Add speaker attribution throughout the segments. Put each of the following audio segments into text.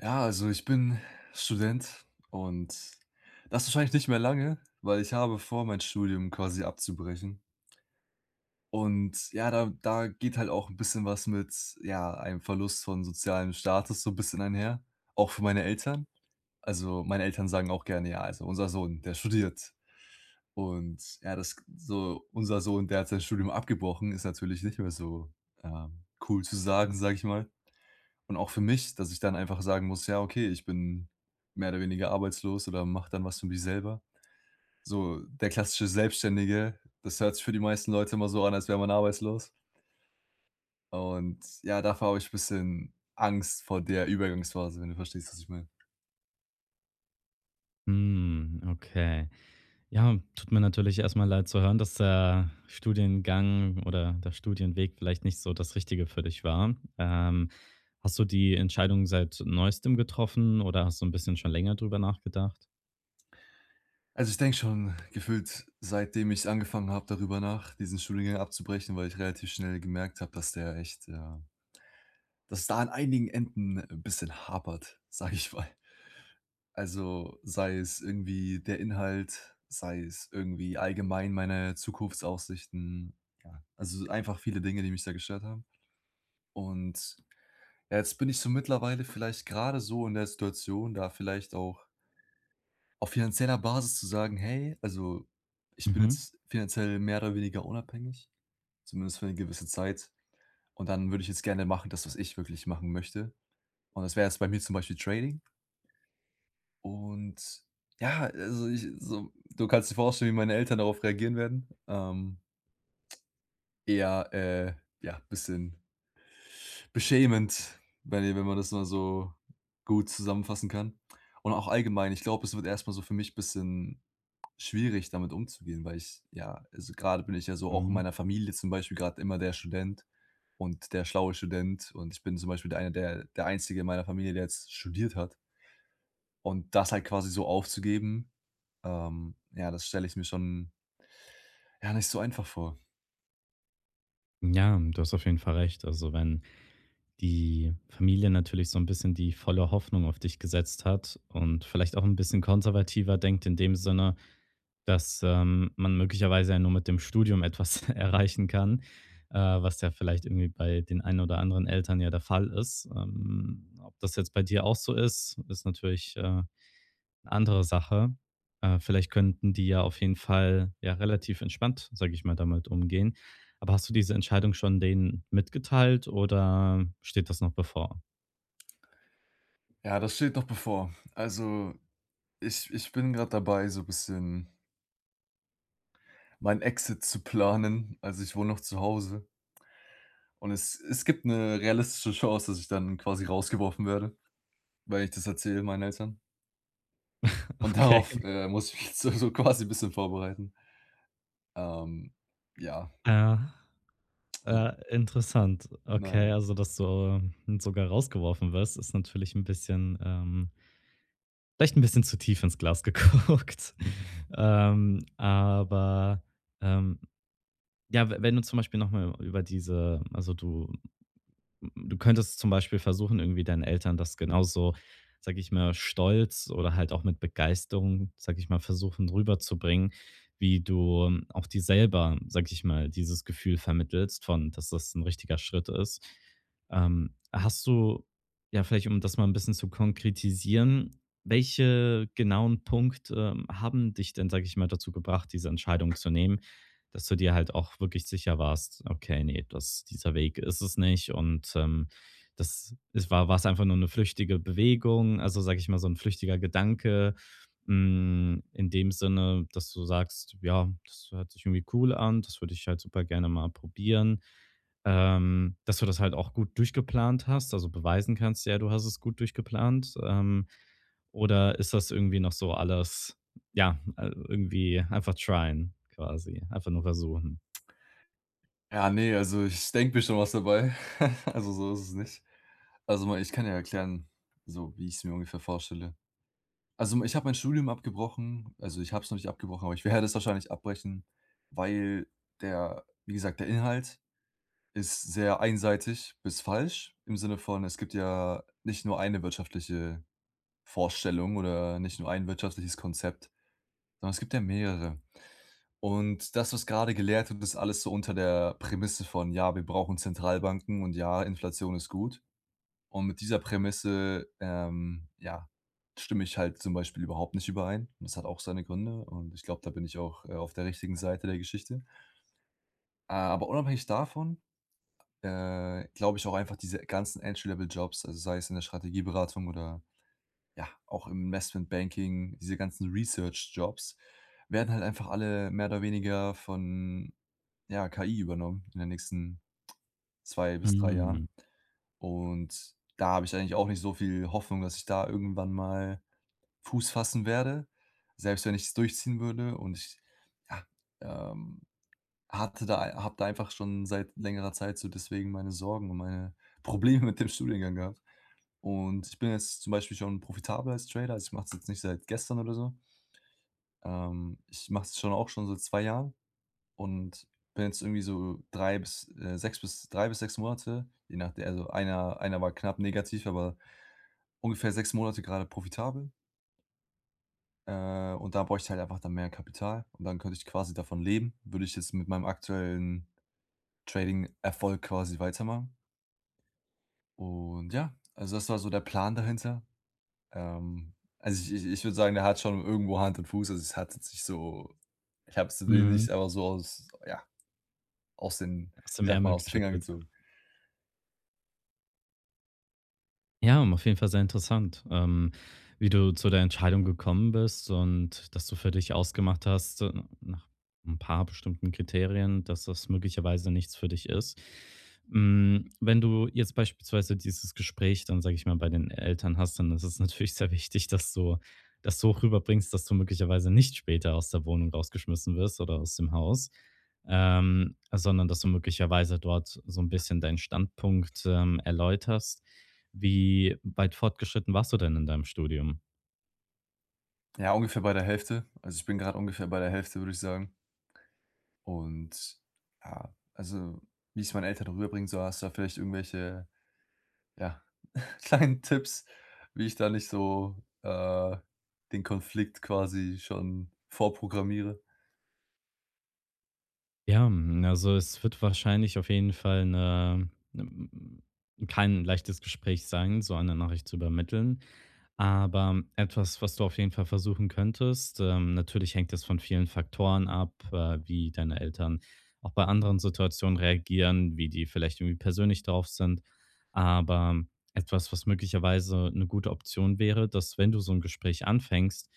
Speaker 1: Ja, also ich bin Student und das wahrscheinlich nicht mehr lange, weil ich habe vor, mein Studium quasi abzubrechen. Und ja, da geht halt auch ein bisschen was mit, ja, einem Verlust von sozialem Status so 'n bisschen einher, auch für meine Eltern. Also, meine Eltern sagen auch gerne: „Ja, also unser Sohn, der studiert.“ Und ja, das so unser Sohn, der hat sein Studium abgebrochen, ist natürlich nicht mehr so, cool zu sagen, sag ich mal. Und auch für mich, dass ich dann einfach sagen muss: „Ja, okay, ich bin mehr oder weniger arbeitslos oder mache dann was für mich selber.“ So der klassische Selbstständige, das hört sich für die meisten Leute immer so an, als wäre man arbeitslos. Und ja, dafür habe ich ein bisschen Angst vor der Übergangsphase, wenn du verstehst, was ich meine.
Speaker 2: Hm, okay. Ja, tut mir natürlich erstmal leid zu hören, dass der Studiengang oder der Studienweg vielleicht nicht so das Richtige für dich war. Hast du die Entscheidung seit Neuestem getroffen oder hast du ein bisschen schon länger drüber nachgedacht?
Speaker 1: Also, ich denke schon gefühlt, seitdem ich angefangen habe, darüber nach, diesen Studiengang abzubrechen, weil ich relativ schnell gemerkt habe, dass der echt, ja, dass da an einigen Enden 'n bisschen hapert, sage ich mal. Also, sei es irgendwie der Inhalt, sei es irgendwie allgemein meine Zukunftsaussichten. Ja, also einfach viele Dinge, die mich da gestört haben. Und ja, jetzt bin ich so mittlerweile vielleicht gerade so in der Situation, da vielleicht auch auf finanzieller Basis zu sagen, hey, also ich bin
Speaker 2: Mhm,
Speaker 1: jetzt finanziell mehr oder weniger unabhängig, zumindest für eine gewisse Zeit. Und dann würde ich jetzt gerne machen, das, was ich wirklich machen möchte. Und das wäre jetzt bei mir zum Beispiel Trading. Und ja, also ich so, du kannst dir vorstellen, wie meine Eltern darauf reagieren werden. Eher, ja, bisschen beschämend, wenn man das mal so gut zusammenfassen kann. Und auch allgemein, ich glaube, es wird erstmal so für mich ein bisschen schwierig, damit umzugehen, weil ich, ja, also gerade bin ich ja so auch in
Speaker 2: mhm.
Speaker 1: meiner Familie zum Beispiel gerade immer der Student und der schlaue Student und ich bin zum Beispiel der eine, der Einzige in meiner Familie, der jetzt studiert hat. Und das halt quasi so aufzugeben, ja, das stelle ich mir schon, ja, nicht so einfach vor.
Speaker 2: Ja, du hast auf jeden Fall recht. Also, wenn die Familie natürlich so ein bisschen die volle Hoffnung auf dich gesetzt hat und vielleicht auch ein bisschen konservativer denkt in dem Sinne, dass, man möglicherweise ja nur mit dem Studium etwas erreichen kann, was ja vielleicht irgendwie bei den einen oder anderen Eltern ja der Fall ist. Ob das jetzt bei dir auch so ist natürlich, 'ne andere Sache. Vielleicht könnten die ja auf jeden Fall, ja, relativ entspannt, sage ich mal, damit umgehen. Aber hast du diese Entscheidung schon denen mitgeteilt oder steht das noch bevor?
Speaker 1: Ja, das steht noch bevor. Also, ich bin gerade dabei, so ein bisschen mein Exit zu planen. Also, ich wohne noch zu Hause und es gibt eine realistische Chance, dass ich dann quasi rausgeworfen werde, weil ich das erzähle meinen Eltern. Und
Speaker 2: Okay,
Speaker 1: darauf, muss ich mich jetzt so so quasi ein bisschen vorbereiten. Ähm, ja,
Speaker 2: ja. Interessant. Okay,
Speaker 1: naja,
Speaker 2: also, dass du, sogar rausgeworfen wirst, ist natürlich ein bisschen, vielleicht ein bisschen zu tief ins Glas geguckt. Ähm, aber, ähm, ja, we wenn du zum Beispiel noch mal über diese also, du könntest zum Beispiel versuchen, irgendwie deinen Eltern das genauso, sage ich mal, stolz oder halt auch mit Begeisterung, sage ich mal, versuchen rüberzubringen, wie du auch dir selber, sage ich mal, dieses Gefühl vermittelst von, dass das ein richtiger Schritt ist. Hast du, ja, vielleicht um das mal ein bisschen zu konkretisieren, welche genauen Punkte haben dich denn, sage ich mal, dazu gebracht, diese Entscheidung zu nehmen? Dass du dir halt auch wirklich sicher warst, okay, nee, das dieser Weg ist es nicht und, das es war es einfach nur eine flüchtige Bewegung, also, sage ich mal, so ein flüchtiger Gedanke, hm, in dem Sinne, dass du sagst: „Ja, das hört sich irgendwie cool an, das würde ich halt super gerne mal probieren.“ Dass du das halt auch gut durchgeplant hast, also, beweisen kannst: „Ja, du hast es gut durchgeplant.“ Oder ist das irgendwie noch so alles ja, irgendwie einfach tryen quasi, einfach nur versuchen.
Speaker 1: ja. Nee, also, ich denke mir schon was dabei. Also, so ist es nicht. Also, mal ich kann ja erklären, so wie ich es mir ungefähr vorstelle. Also, ich habe mein Studium abgebrochen. Also, ich habe es noch nicht abgebrochen, aber ich werde es wahrscheinlich abbrechen, weil der, wie gesagt, der Inhalt ist sehr einseitig bis falsch im Sinne von, es gibt ja nicht nur eine wirtschaftliche Vorstellung oder nicht nur ein wirtschaftliches Konzept, sondern es gibt ja mehrere. Und das, was gerade gelehrt wird, ist alles so unter der Prämisse von: „Ja, wir brauchen Zentralbanken“ und „Ja, Inflation ist gut.“ Und mit dieser Prämisse, ja, stimme ich halt zum Beispiel überhaupt nicht überein. Und das hat auch seine Gründe und ich glaube, da bin ich auch, auf der richtigen Seite der Geschichte. Aber unabhängig davon, glaube ich auch einfach, diese ganzen Entry-Level-Jobs, also sei es in der Strategieberatung oder, ja, auch im Investment Banking, diese ganzen Research-Jobs, werden halt einfach alle mehr oder weniger von, ja, KI übernommen in den nächsten zwei bis drei
Speaker 2: Mhm,
Speaker 1: Jahren. Und da habe ich eigentlich auch nicht so viel Hoffnung, dass ich da irgendwann mal Fuß fassen werde, selbst wenn ich es durchziehen würde. Und ich, ja, ähm, hatte da, habe da einfach schon seit längerer Zeit so deswegen meine Sorgen und meine Probleme mit dem Studiengang gehabt. Und ich bin jetzt zum Beispiel schon profitabel als Trader, also ich mache es jetzt nicht seit gestern oder so. Ich mache es schon, auch schon seit 2 Jahren. Und bin jetzt irgendwie so 3 bis 6 bis 3 bis 6 Monate, je nachde, also einer war knapp negativ, aber ungefähr 6 Monate gerade profitabel. Und da bräuchte ich halt einfach dann mehr Kapital und dann könnte ich quasi davon leben. Würde ich jetzt mit meinem aktuellen Trading-Erfolg quasi weitermachen. Und ja, also das war so der Plan dahinter. Also ich würde sagen, der hat schon irgendwo Hand und Fuß. Also es hat jetzt nicht so, ich habe es
Speaker 2: mhm.
Speaker 1: nicht, aber so aus ja, aus den,
Speaker 2: Aus dem
Speaker 1: wie sagt man,
Speaker 2: Ärmel
Speaker 1: aus den Fingern
Speaker 2: geschüttelt.
Speaker 1: gezogen.
Speaker 2: Ja, auf jeden Fall sehr interessant, wie du zu der Entscheidung gekommen bist und dass du für dich ausgemacht hast, nach ein paar bestimmten Kriterien, dass das möglicherweise nichts für dich ist. Hm, wenn du jetzt beispielsweise dieses Gespräch dann, sage ich mal, bei den Eltern hast, dann ist es natürlich sehr wichtig, dass du das so rüberbringst, dass du möglicherweise nicht später aus der Wohnung rausgeschmissen wirst oder aus dem Haus, sondern dass du möglicherweise dort so ein bisschen deinen Standpunkt, erläuterst. Wie weit fortgeschritten warst du denn in deinem Studium?
Speaker 1: Ja, ungefähr bei der Hälfte. Also, ich bin gerade ungefähr bei der Hälfte, würde ich sagen. Und ja, also, wie ich es meinen Eltern rüberbringen soll, hast du da vielleicht irgendwelche, ja, kleinen Tipps, wie ich da nicht so, den Konflikt quasi schon vorprogrammiere?
Speaker 2: Ja, hm, also es wird wahrscheinlich auf jeden Fall 'ne kein leichtes Gespräch sein, so eine Nachricht zu übermitteln. Aber etwas, was du auf jeden Fall versuchen könntest, natürlich hängt es von vielen Faktoren ab, wie deine Eltern auch bei anderen Situationen reagieren, wie die vielleicht irgendwie persönlich drauf sind. Aber etwas, was möglicherweise eine gute Option wäre, dass wenn du so ein Gespräch anfängst,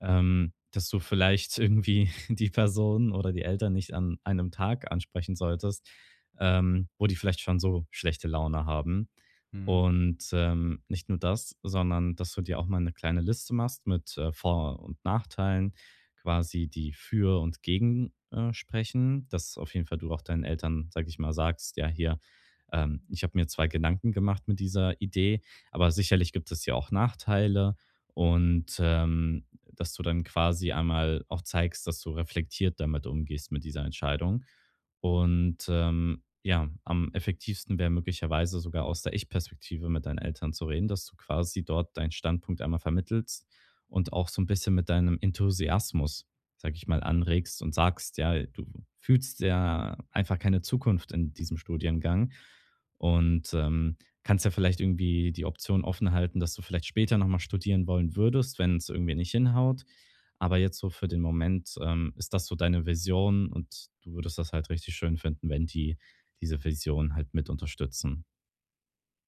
Speaker 2: dass du vielleicht irgendwie die Person oder die Eltern nicht an einem Tag ansprechen solltest, wo die vielleicht schon so schlechte Laune haben
Speaker 1: Mhm.
Speaker 2: und, nicht nur das, sondern dass du dir auch mal eine kleine Liste machst mit, Vor- und Nachteilen, quasi die für und gegen, sprechen, dass auf jeden Fall du auch deinen Eltern, sage ich mal, sagst: „Ja, hier, ich habe mir zwei Gedanken gemacht mit dieser Idee, aber sicherlich gibt es hier auch Nachteile.“ Und dass du dann quasi einmal auch zeigst, dass du reflektiert damit umgehst mit dieser Entscheidung. Und ja, am effektivsten wäre möglicherweise sogar aus der Ich-Perspektive mit deinen Eltern zu reden, dass du quasi dort deinen Standpunkt einmal vermittelst und auch so ein bisschen mit deinem Enthusiasmus, sage ich mal, anregst und sagst, ja, du fühlst ja einfach keine Zukunft in diesem Studiengang und, kannst ja vielleicht irgendwie die Option offen halten, dass du vielleicht später nochmal studieren wollen würdest, wenn es irgendwie nicht hinhaut. Aber jetzt so für den Moment, ist das so deine Vision und du würdest das halt richtig schön finden, wenn die diese Vision halt mit unterstützen.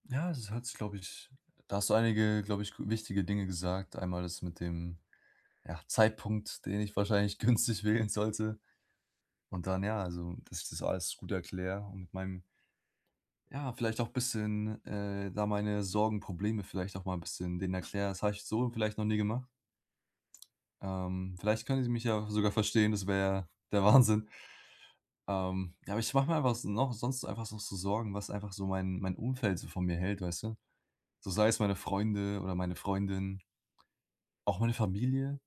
Speaker 1: Ja, es hat sich, glaube ich, da hast du einige, glaube ich, gu wichtige Dinge gesagt. Einmal das mit dem, ja, Zeitpunkt, den ich wahrscheinlich günstig wählen sollte. Und dann, ja, also, dass ich das alles gut erkläre und mit meinem, ja, vielleicht auch ein bisschen, da meine Sorgen, Probleme vielleicht auch mal 'n bisschen denen erkläre. Das habe ich so vielleicht noch nie gemacht. Vielleicht können Sie mich ja sogar verstehen, das wäre der Wahnsinn. Ja, aber ich mache mir einfach s noch sonst einfach noch so Sorgen, was einfach so mein Umfeld so von mir hält, weißt du? So sei es meine Freunde oder meine Freundin, auch meine Familie,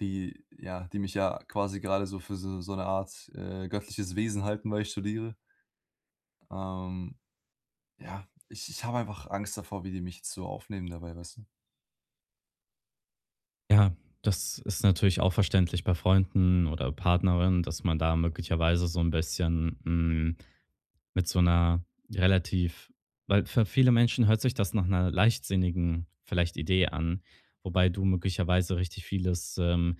Speaker 1: die, ja, die mich ja quasi gerade so für so so 'ne Art, göttliches Wesen halten, weil ich studiere. Ähm, ja, ich habe einfach Angst davor, wie die mich jetzt so aufnehmen dabei, weißt du?
Speaker 2: Ja, das ist natürlich auch verständlich bei Freunden oder Partnerinnen, dass man da möglicherweise so ein bisschen, hm, mit so einer relativ, weil für viele Menschen hört sich das nach einer leichtsinnigen vielleicht Idee an, wobei du möglicherweise richtig vieles,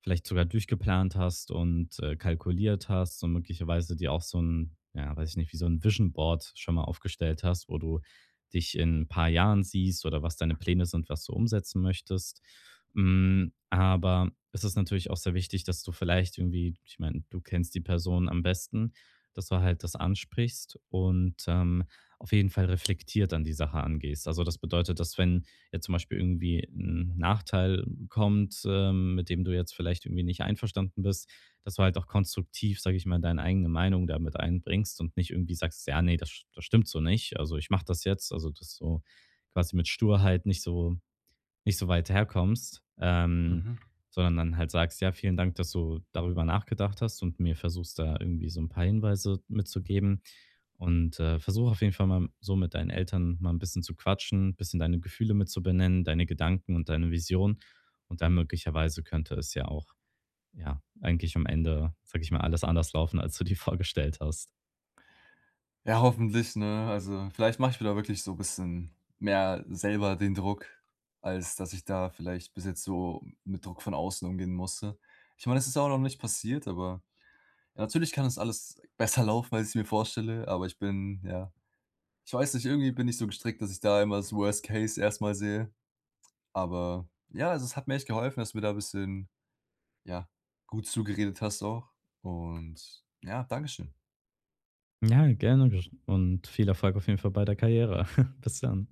Speaker 2: vielleicht sogar durchgeplant hast und, kalkuliert hast und möglicherweise dir auch so ein ja, weiß ich nicht, wie so ein Vision Board schon mal aufgestellt hast, wo du dich in 'n paar Jahren siehst oder was deine Pläne sind, was du umsetzen möchtest. Hm, aber es ist natürlich auch sehr wichtig, dass du vielleicht irgendwie ich meine, du kennst die Person am besten, dass du halt das ansprichst und, auf jeden Fall reflektiert an die Sache angehst. Also, das bedeutet, dass wenn jetzt zum Beispiel irgendwie ein Nachteil kommt, mit dem du jetzt vielleicht irgendwie nicht einverstanden bist, dass du halt auch konstruktiv, sage ich mal, deine eigene Meinung damit einbringst und nicht irgendwie sagst: „Ja, nee, das stimmt so nicht. Also, ich mache das jetzt.“ Also, dass du quasi mit Sturheit nicht so weit herkommst,
Speaker 1: Mhm.
Speaker 2: sondern dann halt sagst, ja, vielen Dank, dass du darüber nachgedacht hast und mir versuchst da irgendwie so ein paar Hinweise mitzugeben. Und, versuch auf jeden Fall mal so mit deinen Eltern mal ein bisschen zu quatschen, ein bisschen deine Gefühle mit zu benennen, deine Gedanken und deine Vision. Und dann möglicherweise könnte es ja auch, ja, eigentlich am Ende, sage ich mal, alles anders laufen, als du dir vorgestellt hast.
Speaker 1: Ja, hoffentlich, ne? Also, vielleicht mache ich mir da wirklich so ein bisschen mehr selber den Druck, als dass ich da vielleicht bis jetzt so mit Druck von außen umgehen musste. Ich meine, es ist auch noch nicht passiert, aber ja, natürlich kann es alles besser laufen, als ich mir vorstelle, aber ich bin ja, ich weiß nicht, irgendwie bin ich so gestrickt, dass ich da immer das Worst Case erstmal sehe. Aber ja, also, es hat mir echt geholfen, dass du mir da ein bisschen, ja, gut zugeredet hast auch und ja, Dankeschön.
Speaker 2: Ja, gerne und viel Erfolg auf jeden Fall bei der Karriere. Bis dann.